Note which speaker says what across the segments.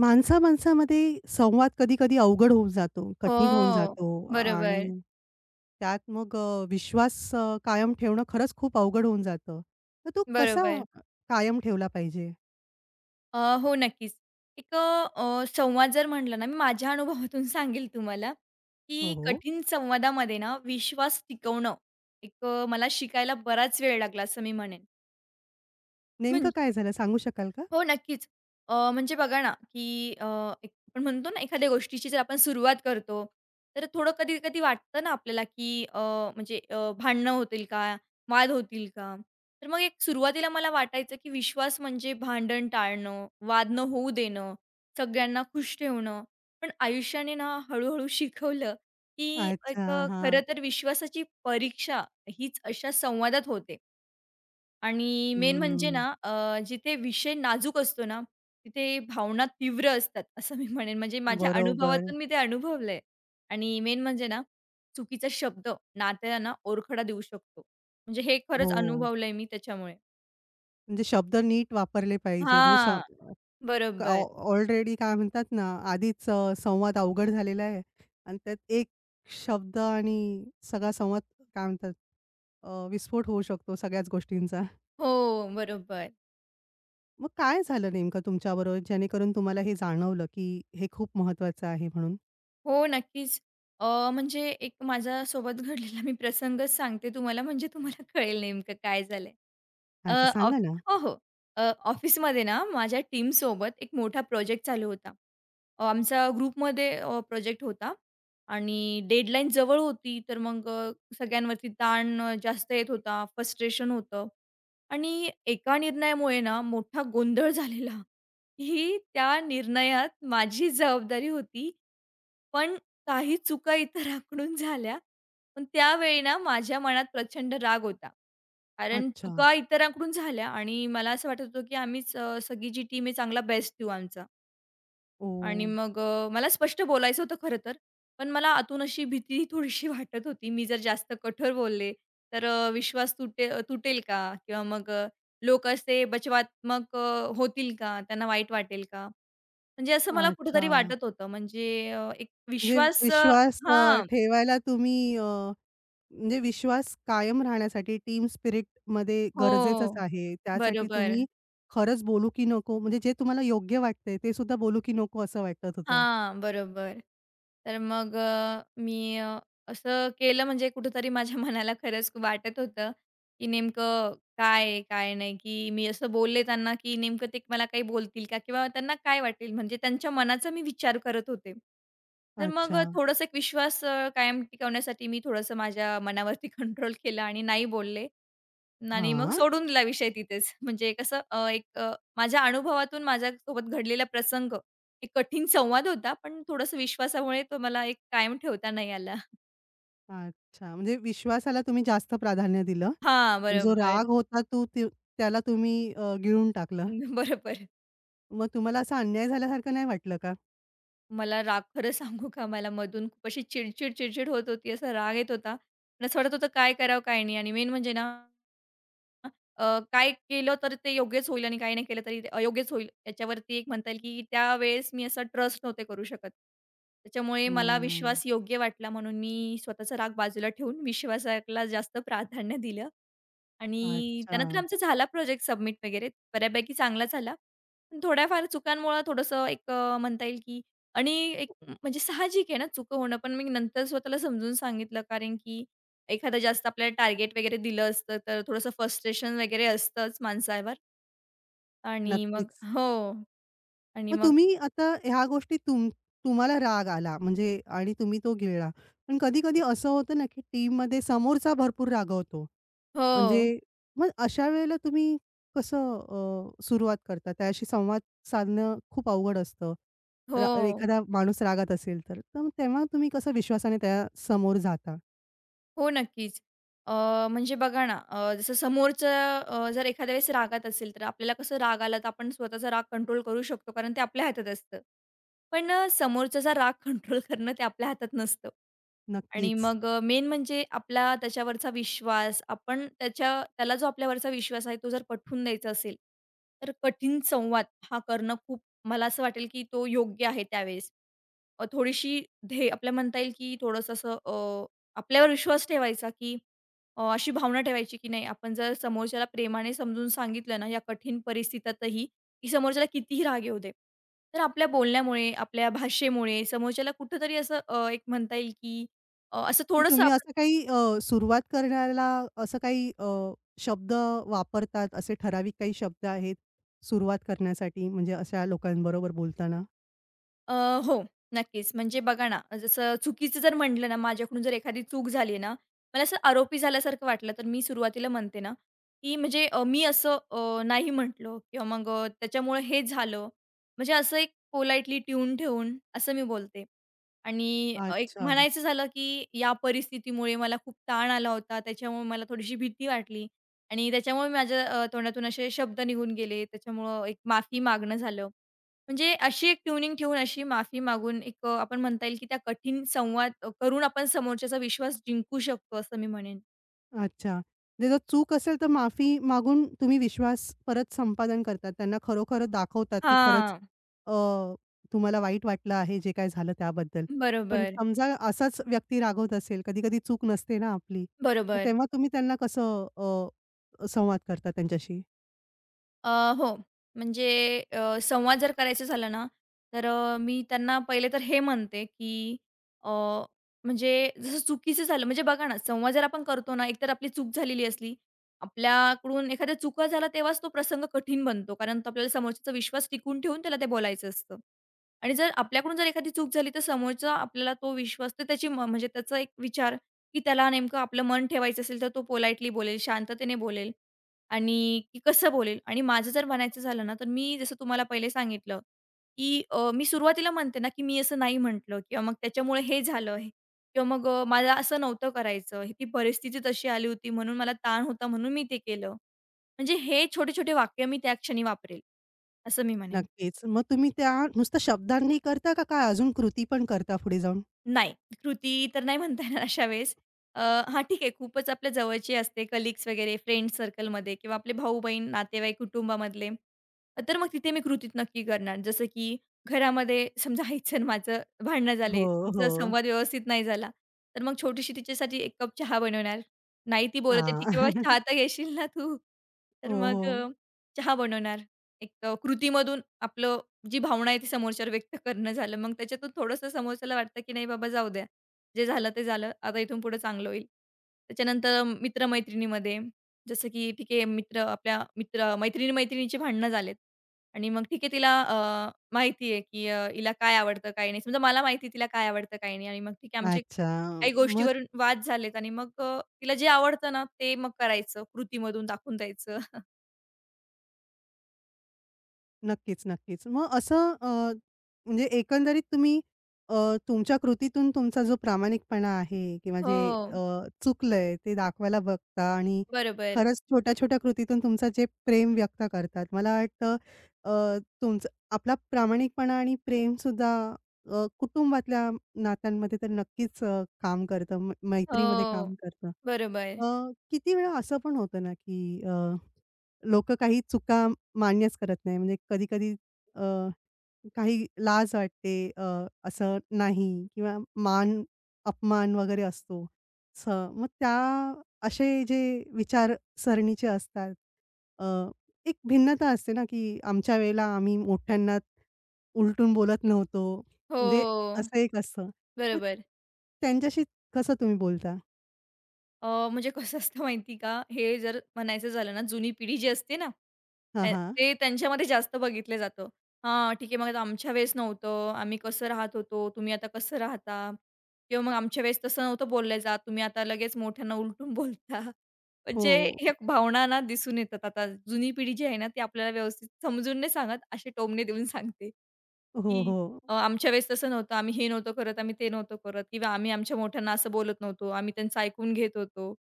Speaker 1: माणसा-माणसामध्ये संवाद कधी-कधी अवघड होऊन जातो, कठीण होऊन
Speaker 2: हो.
Speaker 1: जातो
Speaker 2: बरोबर,
Speaker 1: आणि त्यात मग विश्वास कायम ठेवणं खरंच खूप अवघड होऊन जातं. तर तो कसा
Speaker 2: बरोबर.
Speaker 1: अ, कायम ठेवला पाहिजे?
Speaker 2: हो, नक्कीच. एक संवाद जर म्हटलं ना, मी माझ्या अनुभवातून सांगेल तुम्हाला,
Speaker 1: हो,
Speaker 2: की
Speaker 1: हो.
Speaker 2: कठीण संवादामध्ये ना विश्वास टिकवणं एक मला शिकायला बराच वेळ लागला असं मी म्हणेन.
Speaker 1: नेमकं
Speaker 2: म्हणजे
Speaker 1: काय झालं सांगू शकाल का?
Speaker 2: हो, नक्कीच. म्हणजे बघा ना, की एक आपण म्हणतो ना, एखाद्या गोष्टीची जर आपण सुरुवात करतो, तर थोडं कधी-कधी वाटतं ना आपल्याला, की म्हणजे भांडणं होतील का? वाद होतील का? तर मग एक सुरुवातीला मला वाटायचं, की विश्वास म्हणजे भांडण टाळणं, वाद न होऊ देणं, सगळ्यांना खुश ठेवणं. पण आयुष्याने ना हळू शिकवलं, की
Speaker 1: अच्छा.
Speaker 2: एक
Speaker 1: हां.
Speaker 2: खरं तर विश्वासाची परीक्षा हीच अशा संवादात होते. आणि मेन म्हणजे
Speaker 1: हं.
Speaker 2: ना जिथे विषय नाजूक असतो ना, तिथे भावना तीव्र असतात, असं मी म्हणेन. म्हणजे माझ्या
Speaker 1: बरोबर.
Speaker 2: अनुभवातून मी ते अनुभवलंय. आणि मेन म्हणजे ना, चुकीचा शब्द नात्याला ना ओरखडा देऊ शकतो. म्हणजे हे
Speaker 1: हो.
Speaker 2: खरंच अनुभवलंय मी त्याच्यामुळे.
Speaker 1: म्हणजे शब्द नीट वापरले पाहिजे. म्हणजे श
Speaker 2: हां,
Speaker 1: ऑ
Speaker 2: बरोबर.
Speaker 1: ऑलरेडी काय म्हणतात ना, आधीच संवाद अवघड झालेला आहे आणि त्यात एक शब्द आणि सगळा संवाद काय म्हणतात विस्फोट होऊ शकतो सगळ्याच गोष्टींचा.
Speaker 2: हो, बरोबर.
Speaker 1: मग काय झालं नेमकं तुमच्याबरोबर जेणेकरून तुम्हाला हे जाणवलं, की हे खूप महत्वाचं आहे म्हणून?
Speaker 2: हो, नक्कीच. म्हणजे एक माझ्यासोबत घडलेला मी प्रसंगच सांगते तुम्हाला, म्हणजे तुम्हाला कळेल नेमकं काय झालंय. अ,
Speaker 1: अच्छा,
Speaker 2: ऑफ
Speaker 1: सांगा ना.
Speaker 2: हो, हो. ऑफिसमध्ये ना माझ्या टीमसोबत एक मोठा प्रोजेक्ट चालू होता. आमचा ग्रुपमध्ये प्रोजेक्ट होता आणि डेडलाईन जवळ होती. तर मग सगळ्यांवरती ताण जास्त येत होता, फ्रस्ट्रेशन होतं आणि एका निर्णयामुळे ना मोठा गोंधळ झालेला. ही त्या निर्णयात माझी जबाबदारी होती. पण काही चुका इतरांकडून झाल्या. पण त्यावेळी ना माझ्या मनात प्रचंड राग होता. कारण
Speaker 1: अच्छा.
Speaker 2: चुका इतरांकडून झाल्या आणि मला असं वाटत होतं, की आम्हीच सगळी जी टीम आहे चांगला बेस्ट देऊ आमचा आणि
Speaker 1: ओह!
Speaker 2: मग मला स्पष्ट बोलायचं होतं खरं तर. पण मला आतून अशी भीती थोडीशी वाटत होती. मी जर जास्त कठोर बोलले, तर विश्वास तुटेल का? किंवा मग लोक असे बचवात्मक होतील का? त्यांना वाईट वाटेल का? म्हणजे असं मला
Speaker 1: अच्छा.
Speaker 2: कुठेतरी वाटत होतं. म्हणजे एक
Speaker 1: म्हणजे
Speaker 2: विश्वास
Speaker 1: विश्वास
Speaker 2: हां.
Speaker 1: ठेवायला तुम्ही म्हणजे विश्वास कायम राहण्यासाठी टीम स्पिरिटमध्ये गरजेचंच
Speaker 2: हो.
Speaker 1: आहे. त्यासाठी
Speaker 2: बरोबर.
Speaker 1: तुम्ही खरंच बोलू की नको म्हणजे जे तुम्हाला योग्य वाटतंय ते सुद्धा बोलू की नको असं वाटत होतं.
Speaker 2: हां, बरोबर. तर मग असं केलं म्हणजे कुठेतरी माझ्या मनाला खरंच वाटत होतं, की नेमकं काय आहे, काय नाही, की मी असं बोलले त्यांना, की नेमकं ते मला काही बोलतील का? किंवा त्यांना काय वाटेल? म्हणजे त्यांच्या मनाचा मी विचार करत होते. तर मग
Speaker 1: अच्छा.
Speaker 2: थोडासा एक विश्वास कायम टिकवण्यासाठी मी थोडंसं माझ्या मनावरती कंट्रोल केला आणि नाही बोलले. आणि मग
Speaker 1: हां.
Speaker 2: सोडून दिला विषय तिथेच. म्हणजे कसं माझ्या अनुभवातून माझ्यासोबत घडलेला प्रसंग, एक कठीण संवाद होता, पण थोडंसं विश्वासामुळे तो मला एक कायम ठेवता नाही आला.
Speaker 1: अच्छा. म्हणजे विश्वासाला तुम्ही जास्त प्राधान्य दिलं.
Speaker 2: हां,
Speaker 1: जो राग
Speaker 2: बरोबर.
Speaker 1: होता तो ते त्याला तुम्ही गिळून टाकलं.
Speaker 2: बरोबर.
Speaker 1: मग तुम्हाला असा अन्याय झाल्यासारखं नाही वाटलं का?
Speaker 2: मला राग खरं सांगू का, मला मधून खूप अशी चिडचिड, चिडचिड होत होती, असा राग येत होता. पण असं वाटत होतं काय करावं, काय नाही आणि मेन म्हणजे ना काय केलं तर ते योग्यच होईल आणि काय नाही केलं तरी ते अयोग्यच होईल. याच्यावरती एक म्हणता येईल की त्यावेळेस मी असा ट्रस्ट नव्हते करू शकत. त्याच्यामुळे मला
Speaker 1: हं.
Speaker 2: विश्वास योग्य वाटला म्हणून मी स्वतःचा राग बाजूला ठेवून विश्वासाला जास्त प्राधान्य दिलं आणि
Speaker 1: अच्छा.
Speaker 2: त्यानंतर आमचा झाला प्रोजेक्ट सबमिट वगैरे बऱ्यापैकी चांगला झाला. पण थोड्याफार चुकांमुळं थोडंसं एक म्हणता येईल की आणि एक म्हणजे साहजिक आहे ना चुका होणं. पण मी नंतर स्वतःला समजून सांगितलं कारण की एखादं जास्त आपल्याला टार्गेट वगैरे दिलं असतं, तर थोडंसं फ्रस्ट्रेशन वगैरे असतंच माणसावर आणि मग
Speaker 1: नक्कीच.
Speaker 2: हो. आणि
Speaker 1: मग
Speaker 2: मग
Speaker 1: तुम्ही आता ह्या गोष्टी तुम्हाला राग आला म्हणजे आणि तुम्ही तो गिळला. पण कधी-कधी असं होतं ना, की टीममध्ये समोरचा भरपूर रागावतो. म्हणजे
Speaker 2: हो.
Speaker 1: मग अशा वेळेला तुम्ही कसं सुरुवात करता? त्याशी संवाद साधणं खूप अवघड असतं.
Speaker 2: हो.
Speaker 1: एखादा माणूस रागात असेल तर. तर मग तेव्हा तुम्ही कसं विश्वासाने त्या समोर जाता?
Speaker 2: हो, नक्कीच. अ, म्हणजे बघा ना, जसं समोरचं जर एखाद्या वेळेस रागात असेल, तर आपल्याला कसं राग आला, तर आपण स्वतःचा राग कंट्रोल करू शकतो, कारण ते आपल्या हातात असतं. पण समोरच्याचा राग कंट्रोल करणं ते आपल्या हातात नसतं. आणि
Speaker 1: नक्कीच.
Speaker 2: मग मेन म्हणजे आपला त्याच्यावरचा विश्वास, आपण त्याच्या त्याला जो आपल्यावरचा विश्वास आहे, तो जर पटवून द्यायचा असेल, तर कठीण संवाद हा करणं खूप मला असं वाटेल, की तो योग्य आहे त्यावेळेस. थोडीशी धैर्य आपल्याला म्हणता येईल, की थोडंसं असं आपल्यावर विश्वास ठेवायचा, की अशी भावना ठेवायची, की नाही आपण जर समोरच्याला प्रेमाने समजून सांगितलं ना, या कठीण परिस्थितीतही, की समोरच्याला कितीही राग येऊ दे, तर आपल्या बोलण्यामुळे, आपल्या भाषेमुळे समोरच्याला कुठेतरी असं एक म्हणता येईल, की असं
Speaker 1: मग
Speaker 2: थोडंसं
Speaker 1: तुम्ही
Speaker 2: आपण
Speaker 1: असं काही सुरुवात करण्याला असं काही शब्द वापरतात असे ठराविक काही शब्द आहेत सुरुवात करण्यासाठी म्हणजे अशा लोकांबरोबर बोलताना?
Speaker 2: अ, हो, नक्कीच. म्हणजे बघा ना, जसं चुकीचं जर म्हटलं ना, माझ्याकडून जर एखादी चूक झाली ना, मला असं आरोपी झाल्यासारखं वाटलं, तर मी सुरुवातीला म्हणते ना, की म्हणजे अ, मी असं अ, नाही म्हटलो किंवा मग त्याच्यामुळे हे झालं. म्हणजे असं एक पोलाइटली ट्यून ठेवून असं मी बोलते. आणि एक
Speaker 1: अच्छा,
Speaker 2: म्हणायचं झालं, की या परिस्थितीमुळे मला खूप ताण आला होता. त्याच्यामुळे मला थोडीशी भीती वाटली आणि त्याच्यामुळे माझ्या तोंडातून असे शब्द निघून गेले. त्याच्यामुळं एक माफी मागणं झालं. म्हणजे अशी एक ट्यूनिंग ठेवून, अशी माफी मागून एक आपण म्हणता येईल, की त्या कठीण संवाद करून आपण समोरच्याचा विश्वास जिंकू शकतो, असं मी म्हणेन.
Speaker 1: अच्छा. म्हणजे जर चूक असेल तर माफी मागून तुम्ही विश्वास परत संपादन करतात. त्यांना खरोखर दाखवतात, की खरंच
Speaker 2: हां.
Speaker 1: अ, तुम्हाला वाईट वाटलं आहे जे काय झालं त्याबद्दल. पण
Speaker 2: बरोबर.
Speaker 1: समजा असाच व्यक्ती रागवत असेल, कधी-कधी चूक नसते ना आपली. मग
Speaker 2: बरोबर.
Speaker 1: तेव्हा तुम्ही त्यांना कसं संवाद करता त्यांच्याशी?
Speaker 2: अ, हो. म्हणजे संवाद जर करायचा झाला ना, तर मी त्यांना पहिले तर हे म्हणते, की अ, म्हणजे जसं चुकीचं झालं म्हणजे बघा ना, संवाद जर आपण करतो ना, एकतर आपली चूक झालेली असली, आपल्याकडून एखाद्या चुका झाला तेव्हाच तो प्रसंग कठीण बनतो. कारण तो आपल्याला समोरच्याचा विश्वास टिकवून ठेवून त्याला ते बोलायचं असतं. आणि जर आपल्याकडून एखादी चूक झाली, तर समोरचा आपल्याला तो विश्वास तर त्याची म्हणजे त्याचा एक विचार, की त्याला नेमकं आपलं मन ठेवायचं असेल, तर तो पोलाइटली बोलेल, शांततेने बोलेल. आणि की कसं बोलेल आणि माझं जर म्हणायचं झालं ना, तर मी जसं तुम्हाला पहिले सांगितलं, की मी सुरुवातीला म्हणते ना, की मी असं नाही म्हटलं किंवा मग त्याच्यामुळे हे झालं. किंवा मग मला असं नव्हतं करायचं. हे ती परिस्थिती तशी आली होती म्हणून मला ताण होता म्हणून मी ते केलं. म्हणजे हे छोटे-छोटे वाक्य मी त्या क्षणी वापरेल, असं मी म्हणेन.
Speaker 1: नक्कीच. मग तुम्ही त्या नुसतं शब्दांनी करता का काय अजून कृती पण करता पुढे जाऊन?
Speaker 2: नाही, कृती तर नाही म्हणता येणार अशा वेळेस. अ, हां, ठीक आहे. खूपच आपल्या जवळचे असते कलीग्स वगैरे फ्रेंड सर्कलमध्ये किंवा आपले भाऊ-बहीण, नातेवाईक, कुटुंबामधले. तर मग तिथे मी कृतीत नक्की करणार. जसं की घरामध्ये समजा आईचं आणि माझं भांडणं
Speaker 1: हो,
Speaker 2: झाले, आमचा
Speaker 1: हो.
Speaker 2: संवाद व्यवस्थित नाही झाला, तर मग छोटीशी तिच्यासाठी 1 कप चहा बनवणार. नाही ती बोलत आहे,
Speaker 1: हां.
Speaker 2: "ठीक आहे बाबा, चहा तर घेशील ना तू?"
Speaker 1: हो,
Speaker 2: तर मग
Speaker 1: हो.
Speaker 2: चहा बनवणार. एक कृतीमधून आपलं जी भावना आहे ती समोरच्यावर व्यक्त करणं झालं. मग त्याच्यातून थोडंसं समोरच्याला वाटतं, की नाही बाबा जाऊ द्या. जे झालं ते झालं. आता इथून पुढे चांगलं होईल. त्याच्यानंतर मित्र-मैत्रिणीमध्ये जसं की ठीक आहे मित्र आपल्या मित्र मैत्रिणी-मैत्रिणीचे भांडणं झालेत आणि मग ठीक आहे तिला माहिती आहे, की हिला काय आवडतं, काय नाही. समजा मला माहिती आहे तिला काय आवडतं, काय नाही आणि मग ठीक आहे आमचे
Speaker 1: अच्छा.
Speaker 2: काही
Speaker 1: मग
Speaker 2: गोष्टीवरून वाद झालेत आणि मग तिला जे आवडतं ना ते मग करायचं. कृतीमधून दाखवून द्यायचं.
Speaker 1: नक्कीच, नक्कीच. मग असं म्हणजे एकंदरीत तुम्ही अ, तुमच्या कृतीतून तुमचा जो प्रामाणिकपणा आहे किंवा जे
Speaker 2: हो.
Speaker 1: अ, चुकलंय ते दाखवायला बघता आणि
Speaker 2: बरोबर.
Speaker 1: खरंच छोट्या-छोट्या कृतीतून तुमचं जे प्रेम व्यक्त करतात. मला वाटतं तुमचं आपला प्रामाणिकपणा आणि प्रेमसुद्धा कुटुंबातल्या नात्यांमध्ये तर नक्कीच काम करतं. मैत्रीमध्ये काम
Speaker 2: हो.
Speaker 1: करतं.
Speaker 2: बरोबर.
Speaker 1: अ, किती वेळा असं पण होतं ना, की लोकं काही चुका मान्यच करत नाही. म्हणजे कधी-कधी अ, काही लाज वाटते असं नाही किंवा मान, अपमान वगैरे असतो. असं मग त्या असे जे विचारसरणीचे असतात अ, एक भिन्नता असते ना, की आमच्या वेळेला आम्ही मोठ्यांना उलटून बोलत नव्हतो.
Speaker 2: हो,
Speaker 1: म्हणजे असं एक असतं. मग
Speaker 2: बरोबर.
Speaker 1: त्यांच्याशी कसं तुम्ही बोलता?
Speaker 2: म्हणजे कसं असतं माहिती का, हे जर म्हणायचं झालं ना, जुनी पिढी जी असते ना,
Speaker 1: हां, हां.
Speaker 2: ते त्यांच्यामध्ये जास्त बघितलं जातं. हां, ठीक आहे, मग आता आमच्या वेळेस नव्हतं, आम्ही कसं राहत होतो, तुम्ही आता कसं राहता? किंवा मग आमच्या वेळेस तसं नव्हतं बोललं जात, तुम्ही आता लगेच मोठ्यांना उलटून बोलता.
Speaker 1: हो.
Speaker 2: म्हणजे ह्या भावना ना दिसून येतात आता. जुनी पिढी जी आहे ना, ती आपल्याला व्यवस्थित समजून नाही सांगत, असे टोमणे देऊन सांगते,
Speaker 1: हो,
Speaker 2: की
Speaker 1: हो.
Speaker 2: आमच्या वेळेस तसं नव्हतं. आम्ही हे नव्हतो करत, आम्ही ते नव्हतो करत किंवा आम्ही आमच्या मोठ्यांना असं बोलत नव्हतो. आम्ही त्यांचं ऐकून घेत होतो.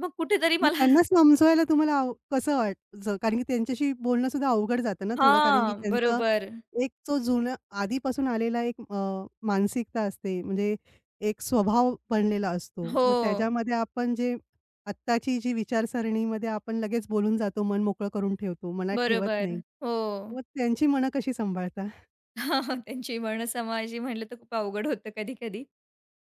Speaker 2: मग कुठेतरी
Speaker 1: मग
Speaker 2: मला
Speaker 1: त्यांना समजवायला तुम्हाला कसं वाटतं? कारण की त्यांच्याशी बोलणं सुद्धा अवघड जातं ना थोडं, कारण की
Speaker 2: हां,
Speaker 1: त्यांचा
Speaker 2: बरोबर.
Speaker 1: एक तो जुना आधीपासून आलेला एक मानसिकता असते, म्हणजे एक स्वभाव बनलेला असतो.
Speaker 2: हो,
Speaker 1: मग त्याच्यामध्ये आपण जे आत्ताची जी विचारसरणीमध्ये आपण लगेच बोलून जातो, मन मोकळं करून ठेवतो, मनात ठेवत नाही.
Speaker 2: बरोबर. हो.
Speaker 1: मग त्यांची मनं कशी सांभाळता?
Speaker 2: त्यांची वर्ण समाजी म्हटलं तर खूप अवघड होतं कधी-कधी.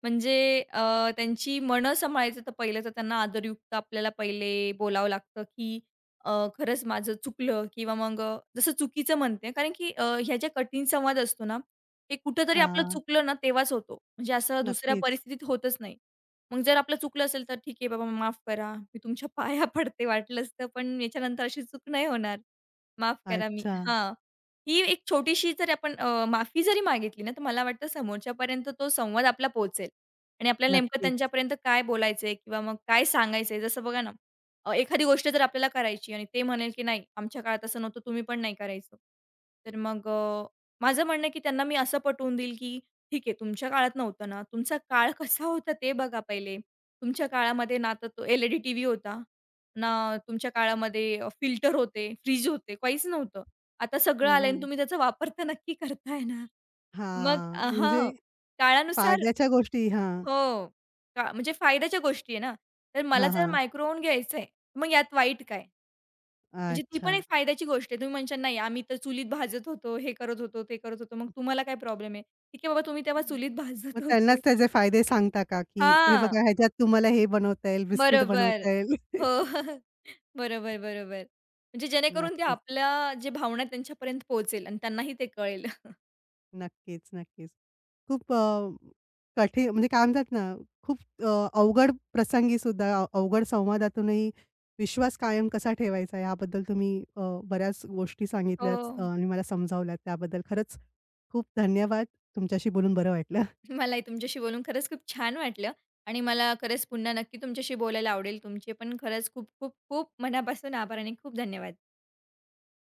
Speaker 2: म्हणजे त्यांची मनं सांभाळायचं तर पहिलं तर त्यांना आदरयुक्त आपल्याला पहिले बोलावं लागतं, की अ, खरंच माझं चुकलं किंवा मग जसं चुकीचं म्हणते कारण की ह्या ज्या कठीण संवाद असतो ना, हे कुठेतरी आपलं
Speaker 1: हां,
Speaker 2: चुकलं ना तेव्हाच होतो. म्हणजे असं दुसऱ्या
Speaker 1: नक्कीच.
Speaker 2: परिस्थितीत होतच नाही. मग जर आपलं चुकलं असेल तर ठीक आहे बाबा माफ करा. मी तुमच्या पाया पडते वाटलंच तर पण याच्यानंतर अशी चूक नाही होणार. माफ करा मी
Speaker 1: अच्छा,
Speaker 2: हां. ही एक छोटीशी जर आपण माफी जरी मागितली ना, तर मला वाटतं समोरच्यापर्यंत तो संवाद आपला पोहोचेल. आणि आपल्याला नेमकं
Speaker 1: नक्कीच.
Speaker 2: त्यांच्यापर्यंत काय बोलायचंय किंवा मग काय सांगायचंय? जसं बघा ना, एखादी गोष्ट जर आपल्याला करायची आणि ते म्हणेल, की "नाही, आमच्या काळात असं नव्हतं, तुम्ही पण नाही करायचं." तर मग माझं म्हणणं आहे, की त्यांना मी असं पटवून देईल, की "ठीक आहे, तुमच्या काळात नव्हतं ना, तुमचा काळ कसा होता ते बघा पहिले. तुमच्या काळामध्ये ना तर तो LED टीव्ही होता, ना तुमच्या काळामध्ये फिल्टर होते, फ्रिज होते, काहीच नव्हतं. आता
Speaker 1: हं,
Speaker 2: सगळं आलंय आणि
Speaker 1: हं.
Speaker 2: तुम्ही त्याचा वापर तर नक्की करताय ना." मग
Speaker 1: हां, म्हणजे
Speaker 2: काळानुसार
Speaker 1: फायद्याच्या गोष्टी. हां,
Speaker 2: हो. का म्हणजे फायद्याच्या गोष्टी आहे ना. तर मला
Speaker 1: हां,
Speaker 2: जर
Speaker 1: हां.
Speaker 2: मायक्रोव्हन घ्यायचं आहे, मग यात वाईट काय? म्हणजे ती
Speaker 1: अच्छा.
Speaker 2: पण एक फायद्याची गोष्ट आहे. तुम्ही म्हणशाल, "नाही, आम्ही तर चुलीत भाजत होतो, हे करत होतो, ते करत होतो." मग तुम्हाला काय प्रॉब्लेम आहे? ठीक आहे बाबा, तुम्ही तेव्हा चुलीत
Speaker 1: मग
Speaker 2: भाजत
Speaker 1: त्यांनाच
Speaker 2: होते.
Speaker 1: त्याचे फायदे सांगता का, की हे
Speaker 2: हां,
Speaker 1: बघा ह्याच्यात तुम्हाला हे बनवता येईल, बिस्किट
Speaker 2: बरोबर.
Speaker 1: बनवता येईल.
Speaker 2: हो. बरोबर, बरोबर. म्हणजे जेणेकरून ते
Speaker 1: नक्कीच,
Speaker 2: आपल्या जे भावना त्यांच्यापर्यंत पोहोचेल आणि त्यांनाही ते कळेल.
Speaker 1: नक्कीच, नक्कीच. खूप कठीण म्हणजे काय म्हणतात ना, खूप अवघड प्रसंगी सुद्धा अवघड संवादातूनही विश्वास कायम कसा ठेवायचा याबद्दल तुम्ही बऱ्याच गोष्टी
Speaker 2: हो.
Speaker 1: सांगितल्यात आणि मला समजावल्यात. त्याबद्दल खरंच खूप धन्यवाद. तुमच्याशी बोलून बरं वाटलं.
Speaker 2: मलाही तुमच्याशी बोलून खरंच खूप छान वाटलं आणि मला खरंच पुन्हा नक्की तुमच्याशी बोलायला आवडेल. तुमचे पण खरंच खूप खूप खूप मनापासून आभार आणि खूप धन्यवाद.